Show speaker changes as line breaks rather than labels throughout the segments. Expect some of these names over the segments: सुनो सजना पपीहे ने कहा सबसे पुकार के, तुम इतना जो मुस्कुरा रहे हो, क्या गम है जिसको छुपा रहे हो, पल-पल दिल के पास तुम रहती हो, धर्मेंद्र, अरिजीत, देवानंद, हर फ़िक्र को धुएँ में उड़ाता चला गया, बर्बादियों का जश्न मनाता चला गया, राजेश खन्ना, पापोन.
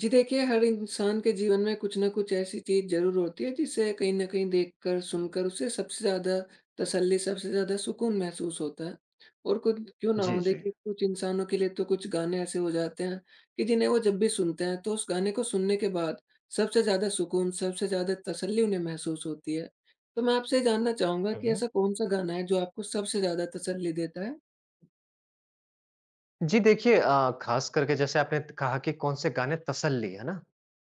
जी देखिए, हर इंसान के जीवन में कुछ न कुछ ऐसी चीज़ ज़रूर होती है जिसे कहीं न कहीं देखकर, सुनकर उसे सबसे ज़्यादा तसल्ली, सबसे ज़्यादा सुकून महसूस होता है। और खुद क्यों ना
जी,
हो
जी।
देखिए, कुछ इंसानों के लिए तो कुछ गाने ऐसे हो जाते हैं कि जिन्हें वो जब भी सुनते हैं तो उस गाने को सुनने के बाद सबसे ज़्यादा सुकून, सबसे ज़्यादा तसल्ली उन्हें महसूस होती है। तो मैं आपसे जानना चाहूँगा
हुँ,
कि
हुँ।
ऐसा कौन-सा गाना है जो आपको सबसे ज़्यादा तसल्ली देता है?
जी देखिए, ख़ास करके जैसे आपने त कहा कि कौन से गाने तसल्ली, है ना?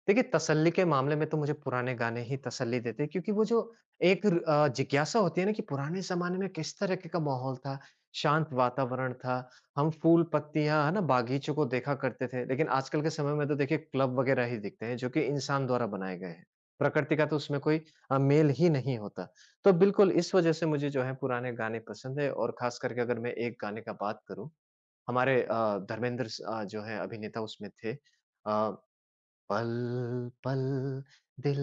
देखिए तसल्ली के मामले में तो मुझे पुराने गाने ही तसल्ली देते हैं क्योंकि वो जो एक जिज्ञासा होती है ना कि पुराने ज़माने में किस तरीके का माहौल था, शांत वातावरण था, हम फूल-पत्तियाँ, है ना, बागीचों को देखा करते थे। लेकिन आजकल के समय में तो देखिए क्लब वग़ैरह ही दिखते हैं, जो कि इंसान द्वारा बनाए गए हैं। प्रकृति का तो उसमें कोई मेल ही नहीं होता। तो बिल्कुल इस वज़ह से मुझे जो है पुराने गाने पसंद है और ख़ास करके अगर मैं एक गाने का बात करूँ, हमारे धर्मेंद्र जो है अभिनेता उसमें थे। पल-पल दिल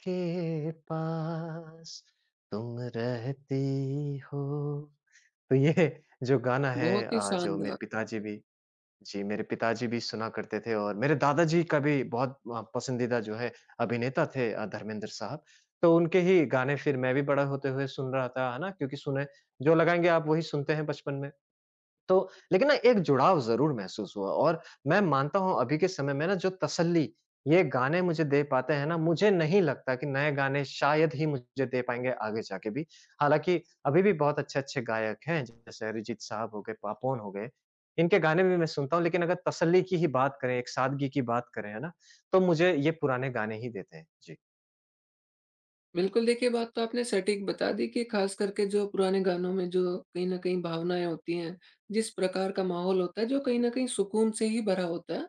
के पास तुम रहती हो। तो ये जो गाना है,
बहुत ही
जो मेरे
शानदार।
पिताजी भी जी, मेरे पिताजी भी सुना करते थे और मेरे दादाजी का भी बहुत पसंदीदा जो है अभिनेता थे धर्मेंद्र साहब। तो उनके ही गाने फिर मैं भी बड़ा होते हुए सुन रहा था, है ना? क्योंकि सुने जो लगाएँगे आप वही सुनते हैं बचपन में। तो लेकिन ना एक जुड़ाव ज़रूर महसूस हुआ और मैं मानता हूँ अभी के समय में ना जो तसल्ली ये गाने मुझे दे पाते हैं ना, मुझे नहीं लगता कि नए गाने शायद ही मुझे दे पाएँगे आगे जाके भी। हालाँकि अभी भी बहुत अच्छे-अच्छे गायक हैं, जैसे अरिजीत साहब हो गए, पापोन हो गए, इनके गाने भी मैं सुनता हूँ लेकिन अगर तसल्ली की ही बात करें, एक सादगी की बात करें, है ना? तो मुझे ये पुराने गाने ही देते हैं। जी।
बिल्कुल, देखिए बात तो आपने सटीक बता दी कि ख़ास करके जो पुराने गानों में जो कहीं न कहीं भावनाएँ होती हैं, जिस प्रकार का माहौल होता है, जो कहीं न कहीं सुकून से ही भरा होता है।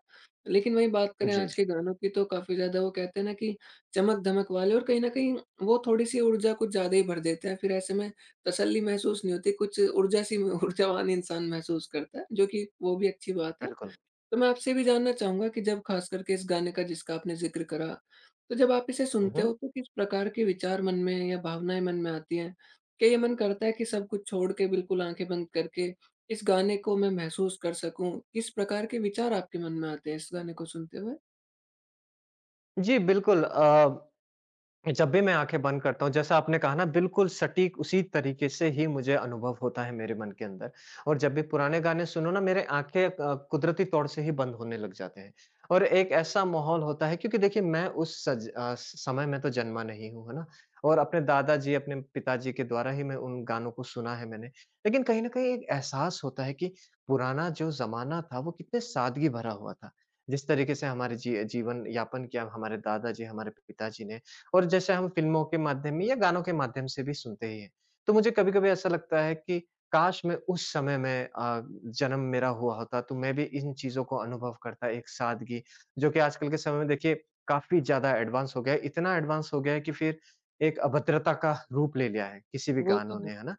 लेकिन वहीं बात करें
जी,
आज के
जी।
गानों की, तो काफ़ी ज़्यादा वो कहते हैं ना कि चमक-धमक वाले, और कहीं न कहीं वो थोड़ी-सी ऊर्जा कुछ ज़्यादा ही भर देते हैं। फिर ऐसे में तसल्ली महसूस नहीं होती, कुछ ऊर्जा सी, ऊर्जावान इंसान महसूस करता है, जो कि वो भी अच्छी बात है।
बिल्कुल।
तो मैं आपसे भी जानना चाहूँगा कि जब ख़ास करके इस गाने का जिसका आपने ज़िक्र करा, तो जब आप इसे
हुँ,
सुनते
हुँ।
हो तो किस प्रकार के विचार मन में या भावनाएँ मन में आती हैं? क्या ये मन करता है कि सब कुछ छोड़ के बिल्कुल आँखें बंद करके इस गाने को मैं महसूस कर सकूँ? किस प्रकार के विचार आपके मन में आते हैं इस गाने को सुनते हुए?
जी, बिल्कुल। जब भी मैं आँखें बंद करता हूँ, जैसा आपने कहा ना, बिल्कुल सटीक उसी तरीके से ही मुझे अनुभव होता है मेरे मन के अंदर। और जब भी पुराने गाने सुनो ना, मेरे आँखें क कुदरती तौर से ही बंद होने लग जाते हैं। और एक ऐसा माहौल होता है क्योंकि देखिए मैं उस समय में तो जन्मा नहीं हूँ, है ना? और अपने दादाजी, अपने पिताजी के द्वारा ही मैं उन गानों को सुना है मैंने। लेकिन कहीं न कहीं एक एहसास होता है कि पुराना जो ज़माना था वो कितने सादगी भरा हुआ था। जिस तरीके से हमारे जीवन यापन किया हमारे दादाजी, हमारे पिताजी ने और जैसे हम फ़िल्मों के माध्यम में या गानों के माध्यम से भी सुनते ही हैं। तो मुझे कभी-कभी ऐसा लगता है कि काश मैं उस समय में जन्म मेरा हुआ होता तो मैं भी इन चीज़ों को अनुभव करता, एक सादगी, जो कि आजकल के समय में देखिए काफ़ी ज़्यादा एडवांस हो गया है। इतना एडवांस हो गया है कि फिर एक अभद्रता का रूप ले लिया है किसी भी
वो तो
गानों ने,
है।
है ना?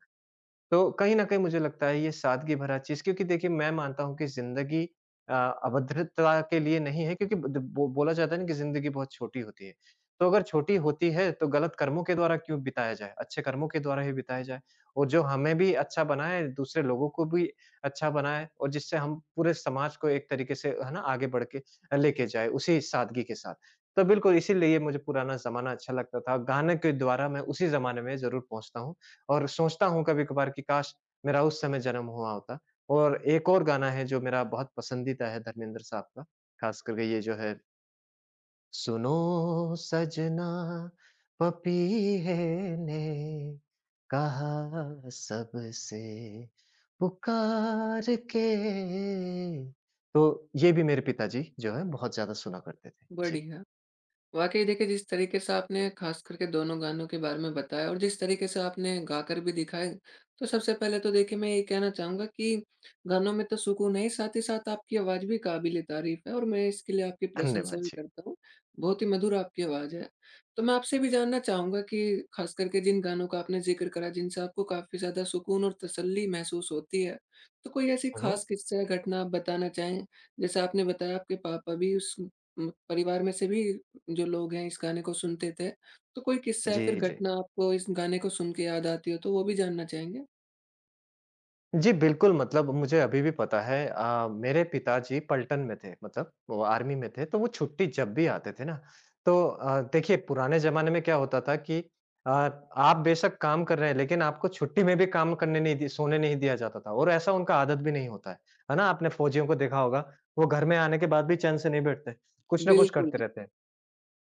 तो कहीं न कहीं मुझे लगता है ये सादगी भरा चीज़ क्योंकि देखिए मैं मानता हूँ कि ज़िंदगी अ, अभद्रता के लिए नहीं है, क्योंकि ब द बो बोला जाता है ना कि ज़िंदगी बहुत छोटी होती है। तो अगर छोटी होती है तो गलत कर्मों के द्वारा क्यों बिताया जाए, अच्छे कर्मों के द्वारा ही बिताया जाए, और जो हमें भी अच्छा बनाए, दूसरे लोगों को भी अच्छा बनाए और जिससे हम पूरे समाज को एक तरीके से है ना आगे बढ़ के लेके जाए उसी सादगी के साथ। तो बिल्कुल इसीलिए मुझे पुराना ज़माना अच्छा लगता था। गाने के द्वारा मैं उसी ज़माने में ज़रूर पहुँचता हूँ और सोचता हूँ कभी-कभार कि काश! मेरा उस समय जन्म हुआ होता। और एक और गाना है जो मेरा बहुत पसंदीदा है धर्मेंद्र साहब का, ख़ास करके ये जो है सुनो सजना पपीहे ने कहा सबसे पुकार के। तो ये भी मेरे पिताजी जो है बहुत ज़्यादा सुना करते थे। जी,
बढ़िया। वाक़ई देखिए, जिस तरीके से आपने ख़ास करके दोनों गानों के बारे में बताया और जिस तरीके से आपने गाकर भी दिखाए, तो सबसे पहले तो देखिए मैं ये कहना चाहूँगा कि गानों में तो सुकून है ही साथ आपकी आवाज़ भी काबिल-ए-तारीफ़ है, और मैं इसके लिए आपकी
धन्यवाद
प्रशंसा भी
जी।
करता हूँ। बहुत ही मधुर आपकी आवाज़ है। तो मैं आपसे भी जानना चाहूँगा कि ख़ास करके जिन गानों का आपने ज़िक्र करा, जिनसे आपको काफ़ी ज़्यादा सुकून और तसल्ली महसूस होती है, तो कोई ऐसी
हुँ, हुँ।
ख़ास किस्सा या घटना आप बताना चाहें? जैसे आपने बताया आपके पापा भी उस परिवार में से भी जो लोग हैं इस गाने को सुनते थे। तो कोई किस्सा या फिर
जी, जी।
घटना आपको इस गाने को सुन के याद आती हो, तो वो भी जानना चाहेंगे?
जी, बिल्कुल। मतलब मुझे अभी भी पता है, मेरे पिताजी पलटन में थे, मतलब वो आर्मी में थे, तो वो छुट्टी जब भी आते थे ना, तो देखिए पुराने ज़माने में क्या होता था कि आप बेशक काम कर रहे हैं लेकिन आपको छुट्टी में भी काम करने नहीं दि सोने नहीं दिया जाता था और ऐसा उनका आदत भी नहीं होता है ना? आपने फौजियों को देखा होगा, वो घर में आने के बाद भी चैन से नहीं बैठते, कुछ ना कुछ
बिल्कुल।
करते रहते हैं।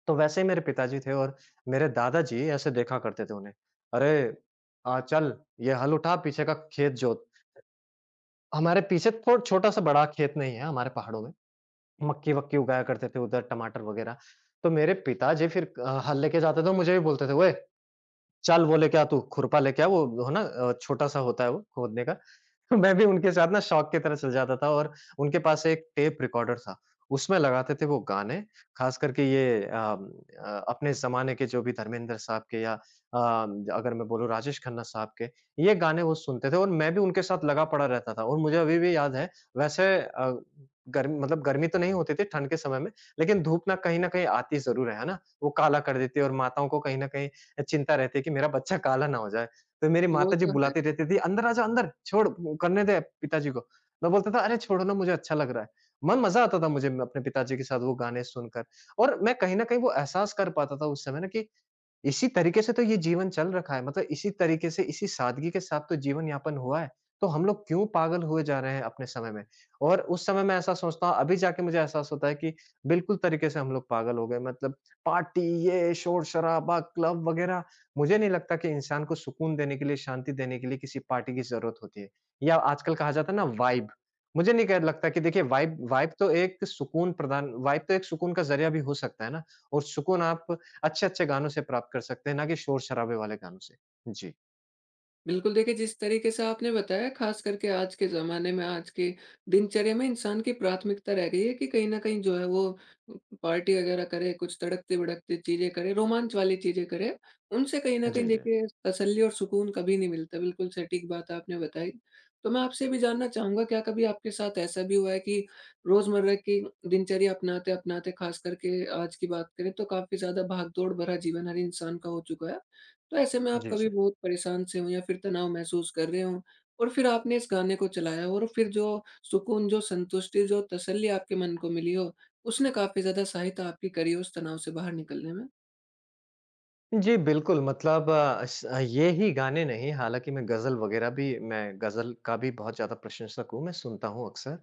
तो वैसे ही मेरे पिताजी थे और मेरे दादाजी ऐसे देखा करते थे उन्हें, "अरे! चल ये हल उठा, पीछे का खेत जोत।" हमारे पीछे थोड़ छोटा-सा बड़ा खेत नहीं है हमारे पहाड़ों में। मक्की-वक्की उगाया करते थे उधर, टमाटर वगैरह। तो मेरे पिताजी फिर हल लेके जाते थे, मुझे भी बोलते थे, "ओए! चल वो लेके आ तू, खुरपा लेके आ वो हो ना छोटा-सा होता है वो खोदने का।" तो मैं भी उनके साथ ना शौक की तरह चल जाता था और उनके पास एक टेप रिकॉर्डर था। उसमें लगाते थे वो गाने, खास करके ये अपने ज़माने के जो भी धर्मेंद्र साहब के या अगर मैं बोलूँ राजेश खन्ना साहब के, ये गाने वो सुनते थे और मैं भी उनके साथ लगा पड़ा रहता था और मुझे अभी भी याद है, वैसे गर्मी मतलब गर्मी तो नहीं होती थी ठंड के समय में, लेकिन धूप ना कहीं न कहीं आती ज़रूर है ना? वो काला कर देती है और माताओं को कहीं न कहीं चिंता रहती है कि मेरा बच्चा काला ना हो जाए। तो मेरी
वो
माताजी
तो है।
बुलाती रहती थी, "अंदर आजा अंदर, छोड़ करने दे पिताजी को।" मैं बोलता था, "अरे छोड़ो ना, मुझे अच्छा लग रहा है।" मन मज़ा आता था मुझे अपने पिताजी के साथ वो गाने सुनकर और मैं कहीं न कहीं वो एहसास कर पाता था उस समय ना कि इसी तरीके से तो ये जीवन चल रखा है, मतलब इसी तरीके से, इसी सादगी के साथ तो जीवन यापन हुआ है, तो हम लोग क्यों पागल हुए जा रहे हैं अपने समय में? और उस समय मैं ऐसा सोचता हूँ, अभी जाके मुझे एहसास होता है कि बिल्कुल तरीके से हम लोग पागल हो गए, मतलब पार्टी, ये शोर-शराबा, क्लब वगैरह, मुझे नहीं लगता कि इंसान को सुकून देने के लिए, शांति देने के लिए किसी पार्टी की ज़रूरत होती है, या आजकल कहा जाता है ना वाइब, मुझे नहीं क लगता कि देखिए वाइब वाइब तो एक सुकून प्रदान वाइब तो एक सुकून का ज़रिया भी हो सकता है ना, और सुकून आप अच्छे-अच्छे गानों से प्राप्त कर सकते हैं, ना कि शोर-शराबे वाले गानों से। जी।
बिल्कुल देखिए, जिस तरीके से आपने बताया ख़ास करके आज के ज़माने में, आज के दिनचर्या में इंसान की प्राथमिकता रह गई है कि कहीं न कहीं जो है वो पार्टी वग़ैरह करे, कुछ तड़कती-भड़कती चीज़ें करे, रोमांच वाली चीज़ें करे। उनसे कहीं न
जी,
कहीं
जी।
देखिए तसल्ली और सुकून कभी नहीं मिलता। बिल्कुल सटीक बात आपने बताई। तो मैं आपसे ये भी जानना चाहूँगा, क्या कभी आपके साथ ऐसा भी हुआ है कि रोज़मर्रा की दिनचर्या अपनाते-अपनाते, ख़ास करके आज की बात करें तो काफ़ी ज़्यादा भागदौड़ भरा जीवन हर इंसान का हो चुका है? तो ऐसे में आप
जी,
कभी
जी।
बहुत परेशान से हों या फिर तनाव महसूस कर रहे हों, और फिर आपने इस गाने को चलाया और फिर जो सुकून, जो संतुष्टि, जो तसल्ली आपके मन को मिली हो, उसने काफ़ी ज़्यादा सहायता आपकी करी हो उस तनाव से बाहर निकलने में?
जी, बिल्कुल। मतलब ये ही गाने नहीं, हालाँकि मैं गज़ल का भी बहुत ज़्यादा प्रशंसक हूँ, मैं सुनता हूँ अक्सर।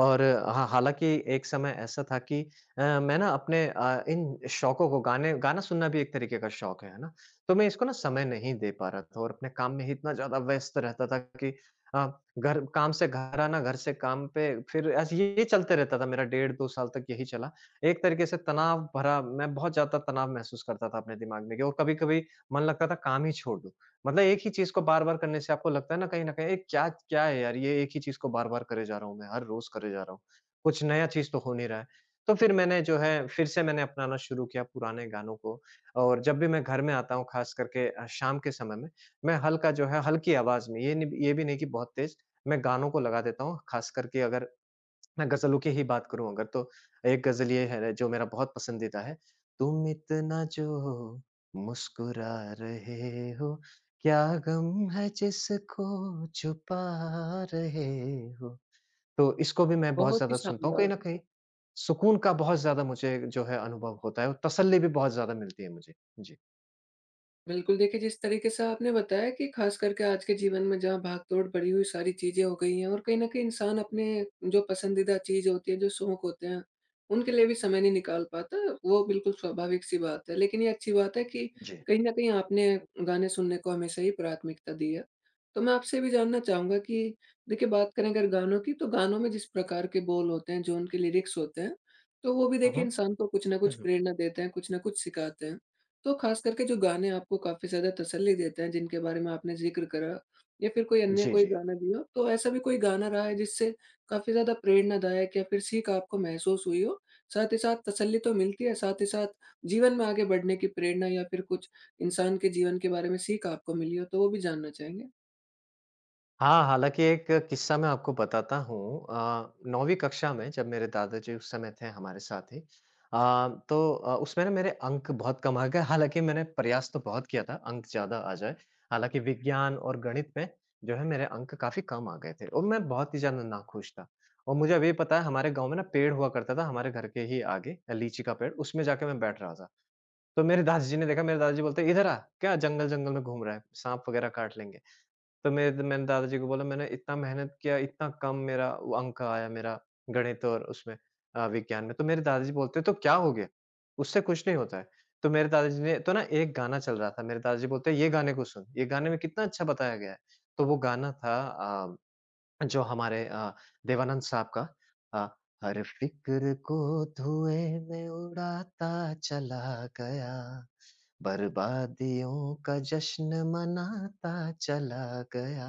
और हाँ, हालाँकि एक समय ऐसा था कि मैं ना अपने इन शौकों को, गाने गाना सुनना भी एक तरीके का शौक है ना? तो मैं इसको ना समय नहीं दे पा रहा था और अपने काम में ही इतना ज़्यादा व्यस्त रहता था कि अ, घर काम से घर आना, घर से काम पे, फिर ऐसे ये चलते रहता था मेरा। डेढ़ 2 साल तक यही चला। एक तरीके से तनाव भरा, मैं बहुत ज़्यादा तनाव महसूस करता था अपने दिमाग में कि, और कभी-कभी मन लगता था काम ही छोड़ दूँ। मतलब एक ही चीज़ को बार-बार करने से आपको लगता है ना कहीं न कहीं, "ये क्या क्या है यार? ये एक ही चीज़ को बार-बार करे जा रहा हूँ मैं, हर रोज़ करे जा रहा हूँ। कुछ नया चीज़ तो हो नहीं रहा है।" तो फिर मैंने जो है, फिर से मैंने अपनाना शुरू किया पुराने गानों को, और जब भी मैं घर में आता हूँ ख़ास करके शाम के समय में, मैं हल्का जो है हल्की आवाज़ में, ये भी नहीं कि बहुत तेज़, मैं गानों को लगा देता हूँ। ख़ास करके अगर मैं गज़लों की ही बात करूँ अगर, तो एक गज़ल ये है जो मेरा बहुत पसंदीदा है। तुम इतना जो मुस्कुरा रहे हो, क्या गम है जिसको छुपा रहे हो। तो इसको भी मैं बहुत
बहुत ही
ज़्यादा सुनता हूँ, कहीं
शानदार।
न कहीं सुकून का बहुत ज़्यादा मुझे जो है अनुभव होता है और तसल्ली भी बहुत ज़्यादा मिलती है मुझे। जी।
बिल्कुल, देखिए जिस तरीके से आपने बताया कि ख़ास करके आज के जीवन में जहाँ भाग-दौड़ बढ़ी हुई सारी चीज़ें हो गई हैं, और कहीं न कहीं इंसान अपने जो पसंदीदा चीज़ होती है, जो शौक होते हैं, उनके लिए भी समय नहीं निकाल पाता, वो बिल्कुल स्वाभाविक-सी बात है। लेकिन ये अच्छी बात है कि
जी।
कहीं न कहीं आपने गाने सुनने को हमेशा ही प्राथमिकता दी है। तो मैं आपसे ये भी जानना चाहूँगा कि देखिए बात करें अगर गानों की, तो गानों में जिस प्रकार के बोल होते हैं, जो उनके लिरिक्स होते हैं, तो वो भी
हुँ, हुँ।
देखिए इंसान को कुछ न
हुँ,
कुछ
हुँ।
प्रेरणा देते हैं, कुछ न कुछ सिखाते हैं। तो खास करके जो गाने आपको काफ़ी ज़्यादा तसल्ली देते हैं, जिनके बारे में आपने ज़िक्र करा, या फिर कोई अन्य
जी,
कोई
जी।
गाना भी हो, तो ऐसा भी कोई गाना रहा है जिससे काफ़ी ज़्यादा प्रेरणादायक या फिर सीख आपको महसूस हुई हो? साथ ही साथ तसल्ली तो मिलती है, साथ ही साथ जीवन में आगे बढ़ने की प्रेरणा या फिर कुछ इंसान के जीवन के बारे में सीख आपको मिली हो, तो वो भी जानना चाहेंगे?
हाँ, हालाँकि एक किस्सा मैं आपको बताता हूँ। 9वीं कक्षा में जब मेरे दादाजी उस समय थे हमारे साथ ही, उसमें ना मेरे अंक बहुत कम आ गए। हालाँकि मैंने प्रयास तो बहुत किया था अंक ज़्यादा आ जाए। हालाँकि विज्ञान और गणित में जो है मेरे अंक काफ़ी कम आ गए थे और मैं बहुत ही ज़्यादा नाखुश था। और मुझे अभी पता है, हमारे गाँव में ना पेड़ हुआ करता था हमारे घर के ही आगे, लीची का पेड़, उसमें जाके मैं बैठ रहा था। तो मेरे दादाजी ने देखा, मेरे दादाजी बोलते हैं, "इधर आ, क्या जंगल-जंगल में घूम रहा है? साँप वगैरह काट लेंगे।" तो मेरे मैंने दादाजी को बोला मैंने इतना मेहनत किया, इतना कम मेरा वो अंक आया मेरा गणित और उसमें विज्ञान में। तो मेरे दादाजी बोलते हैं, "तो क्या हो गया? उससे कुछ नहीं होता है।" तो मेरे दादाजी ने तो ना एक गाना चल रहा था, मेरे दादाजी बोलते हैं, "ये गाने को सुन, ये गाने में कितना अच्छा बताया गया है।" तो वो गाना था जो हमारे देवानंद साहब का अ, हर फ़िक्र को धुएँ में उड़ाता चला गया, बर्बादियों का जश्न मनाता चला गया।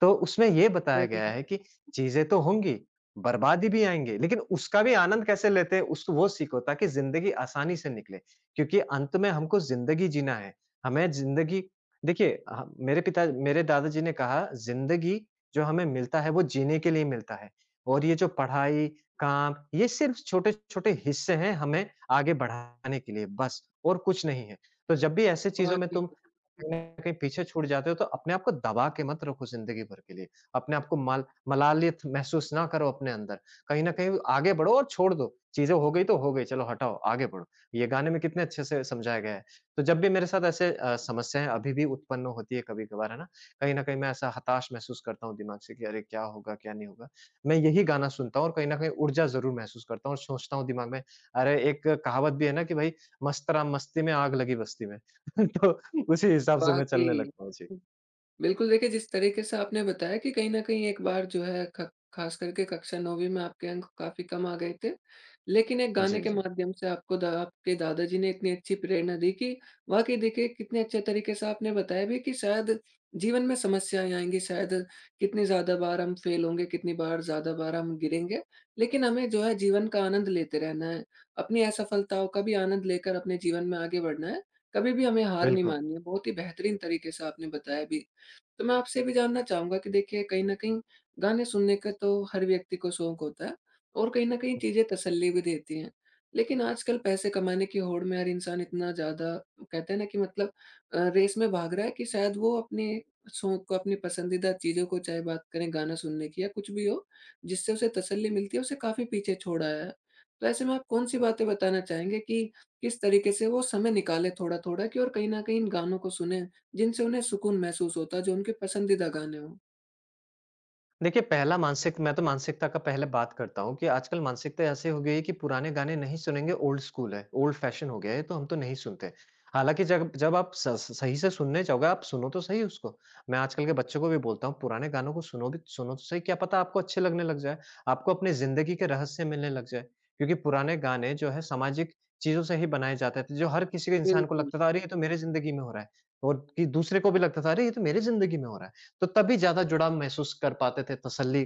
तो उसमें ये बताया गया
बढ़िया,
है कि चीज़ें तो होंगी, बर्बादी भी आएँगे, लेकिन उसका भी आनंद कैसे लेते हैं उसको वो सीखो ताकि ज़िंदगी आसानी से निकले। क्योंकि अंत में हमको ज़िंदगी जीना है, हमें ज़िंदगी देखिए ह मेरे पिता मेरे दादाजी ने कहा ज़िंदगी जो हमें मिलता है वो जीने के लिए मिलता है और ये जो पढ़ाई, काम ये सिर्फ़ छोटे-छोटे हिस्से हैं हमें आगे बढ़ाने के लिए बस और कुछ नहीं है। तो जब भी ऐसे चीज़ों में
वाक़ई,
तुम कहीं न कहीं पीछे छूट जाते हो, तो अपने आप को दबा के मत रखो ज़िंदगी भर के लिए। अपने आप को मल मलालित महसूस ना करो अपने अंदर। कहीं न कहीं आगे बढ़ो और छोड़ दो। चीज़ें हो गई तो हो गई, चलो हटाओ, आगे बढ़ो। ये गाने में कितने अच्छे से समझाया गया है। तो जब भी मेरे साथ ऐसे समस्याएँ अभी भी उत्पन्न होती है कभी-कभार, है ना? कहीं न कहीं मैं ऐसा हताश महसूस करता हूँ दिमाग से कि अरे! क्या होगा, क्या नहीं होगा? मैं यही गाना सुनता हूँ और कहीं न कहीं ऊर्जा ज़रूर महसूस करता हूँ और सोचता हूँ दिमाग में, अरे! एक कहावत भी है ना कि भई मस्त राम मस्ती में, आग लगी बस्ती में। तो उसी हिसाब से मैं चलने
वाक़ई।
लगता हूँ। जी।
बिल्कुल, देखिए जिस तरीके से आपने बताया कि कहीं न कहीं एक बार जो है ख ख़ास करके कक्षा 9वीं में आपके अंक काफ़ी कम आ गए थे। लेकिन एक गाने
जी,
के
जी।
माध्यम से आपको दा आपके दादाजी ने इतनी अच्छी प्रेरणा दी कि वाक़ई देखिए कितने अच्छे तरीके से आपने बताया भी कि शायद जीवन में समस्याएँ आएँगी, शायद कितनी ज़्यादा बार हम फ़ेल होंगे, कितनी बार ज़्यादा बार हम गिरेंगे। लेकिन हमें जो है जीवन का आनंद लेते रहना है, अपनी असफलताओं का भी आनंद लेकर अपने जीवन में आगे बढ़ना है, कभी भी हमें हार नहीं
बिल्कुल।
माननी है। बहुत ही बेहतरीन तरीके से आपने बताया भी। तो मैं आपसे भी जानना चाहूँगा कि देखिए कहीं न कहीं गाने सुनने का तो हर व्यक्ति को शौक होता है और कहीं न कहीं
हुँ।
चीज़ें तसल्ली भी देती हैं। लेकिन आजकल पैसे कमाने की होड़ में हर इंसान इतना ज़्यादा, कहते हैं ना कि मतलब रेस में भाग रहा है, कि शायद वो अपने शौक को, अपनी पसंदीदा चीज़ों को, चाहे बात करें गाना सुनने की या कुछ भी हो, जिससे उसे तसल्ली मिलती है, उसे काफ़ी पीछे छोड़ आया है। तो ऐसे में आप कौन-सी बातें बताना चाहेंगे कि किस तरीके से वो समय निकालें थोड़ा-थोड़ा, कि और कहीं न कहीं इन गानों को सुनें? जिनसे उन्हें सुकून महसूस होता है, जो उनके पसंदीदा गाने हों।
देखिए, पहला मानसिक मैं तो मानसिकता का पहले बात करता हूँ कि आजकल मानसिकता ऐसी हो गई है कि पुराने गाने नहीं सुनेंगे, ओल्ड स्कूल है, ओल्ड फैशन हो गया है, तो हम तो नहीं सुनते। हालाँकि जब जब आप स स सही से सुनने जाओगे, आप सुनो तो सही उसको। मैं आजकल के बच्चों को भी बोलता हूँ, पुराने गानों को सुनो भी सुनो तो सही, क्या पता आपको अच्छे लगने लग जाए, आपको अपनी ज़िंदगी के रहस्य मिलने लग जाए। क्योंकि पुराने गाने जो है सामाजिक चीज़ों से ही बनाए जाते थे, जो हर किसी के इंसान को
बिल्कुल,
लगता था, "अरे! ये तो मेरे ज़िंदगी में हो रहा है।" और कि दूसरे को भी लगता था, "अरे! ये तो मेरे ज़िंदगी में हो रहा है।" तो तभी ज़्यादा जुड़ाव महसूस कर पाते थे, तसल्ली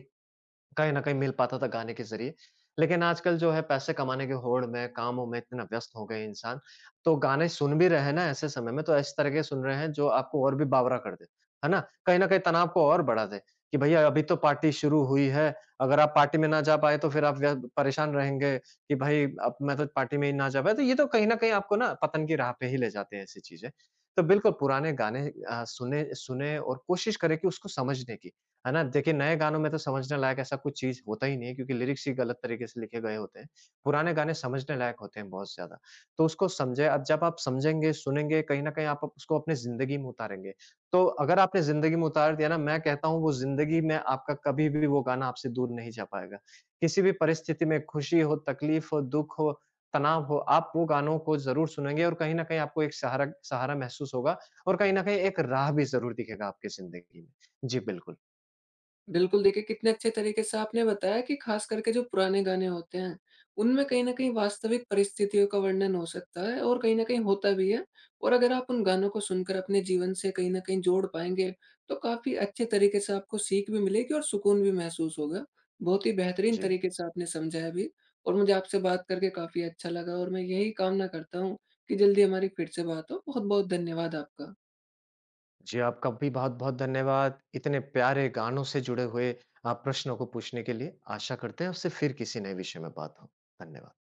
कहीं न कहीं मिल पाता था गाने के ज़रिए। लेकिन आजकल जो है पैसे कमाने की होड़ में, कामों में इतना व्यस्त हो गए इंसान, तो गाने सुन भी रहे हैं ना ऐसे समय में, तो इस तरह के सुन रहे हैं जो आपको और भी बावरा कर दे। है ना? कहीं न कहीं तनाव को और बढ़ा दे कि भैया अभी तो पार्टी शुरू हुई है, अगर आप पार्टी में ना जा पाए तो फिर आप व्य परेशान रहेंगे कि भाई अब मैं तो पार्टी में ही ना जा पाया। तो ये तो कहीं न कहीं आपको ना पतन की राह पे ही ले जाते हैं ऐसी चीज़ें। तो बिल्कुल पुराने गाने सुने सुने और कोशिश करें कि उसको समझने की। है ना? देखिए, नए गानों में तो समझने लायक ऐसा कुछ चीज़ होता ही नहीं है क्योंकि लिरिक्स ही गलत तरीके से लिखे गए होते हैं। पुराने गाने समझने लायक होते हैं बहुत ज़्यादा। तो उसको समझे अब जब आप समझेंगे, सुनेंगे, कहीं न कहीं आप उसको अपनी ज़िंदगी में उतारेंगे। तो अगर आपने ज़िंदगी में उतार दिया ना, मैं कहता हूँ वो ज़िंदगी में आपका कभी भी वो गाना आपसे दूर नहीं जा पाएगा। किसी भी परिस्थिति में खुशी हो, तकलीफ हो, दुःख हो, तनाव हो, आप वो गानों को ज़रूर सुनेंगे और कहीं न कहीं आपको एक सहारा सहारा महसूस होगा और कहीं न कहीं एक राह भी ज़रूर दिखेगा आपकी ज़िंदगी में। जी, बिल्कुल।
बिल्कुल देखिए कितने अच्छे तरीके से आपने बताया कि ख़ास करके जो पुराने गाने होते हैं, उनमें कहीं न कहीं वास्तविक परिस्थितियों का वर्णन हो सकता है और कहीं न कहीं होता भी है। और अगर आप उन गानों को सुनकर अपने जीवन से कहीं न कहीं जोड़ पाएँगे, तो काफ़ी अच्छे तरीके से आपको सीख भी मिलेगी और सुकून भी महसूस होगा। बहुत ही बेहतरीन
जी।
तरीके से आपने समझाया भी, और मुझे आपसे बात करके काफ़ी अच्छा लगा, और मैं यही कामना करता हूँ कि जल्दी हमारी फिर से बात हो। बहुत-बहुत धन्यवाद आपका।
जी, आपका भी बहुत-बहुत धन्यवाद, इतने प्यारे गानों से जुड़े हुए प्रश्नों को पूछने के लिए। आशा करते हैं आपसे फिर किसी नए विषय में बात हो। धन्यवाद।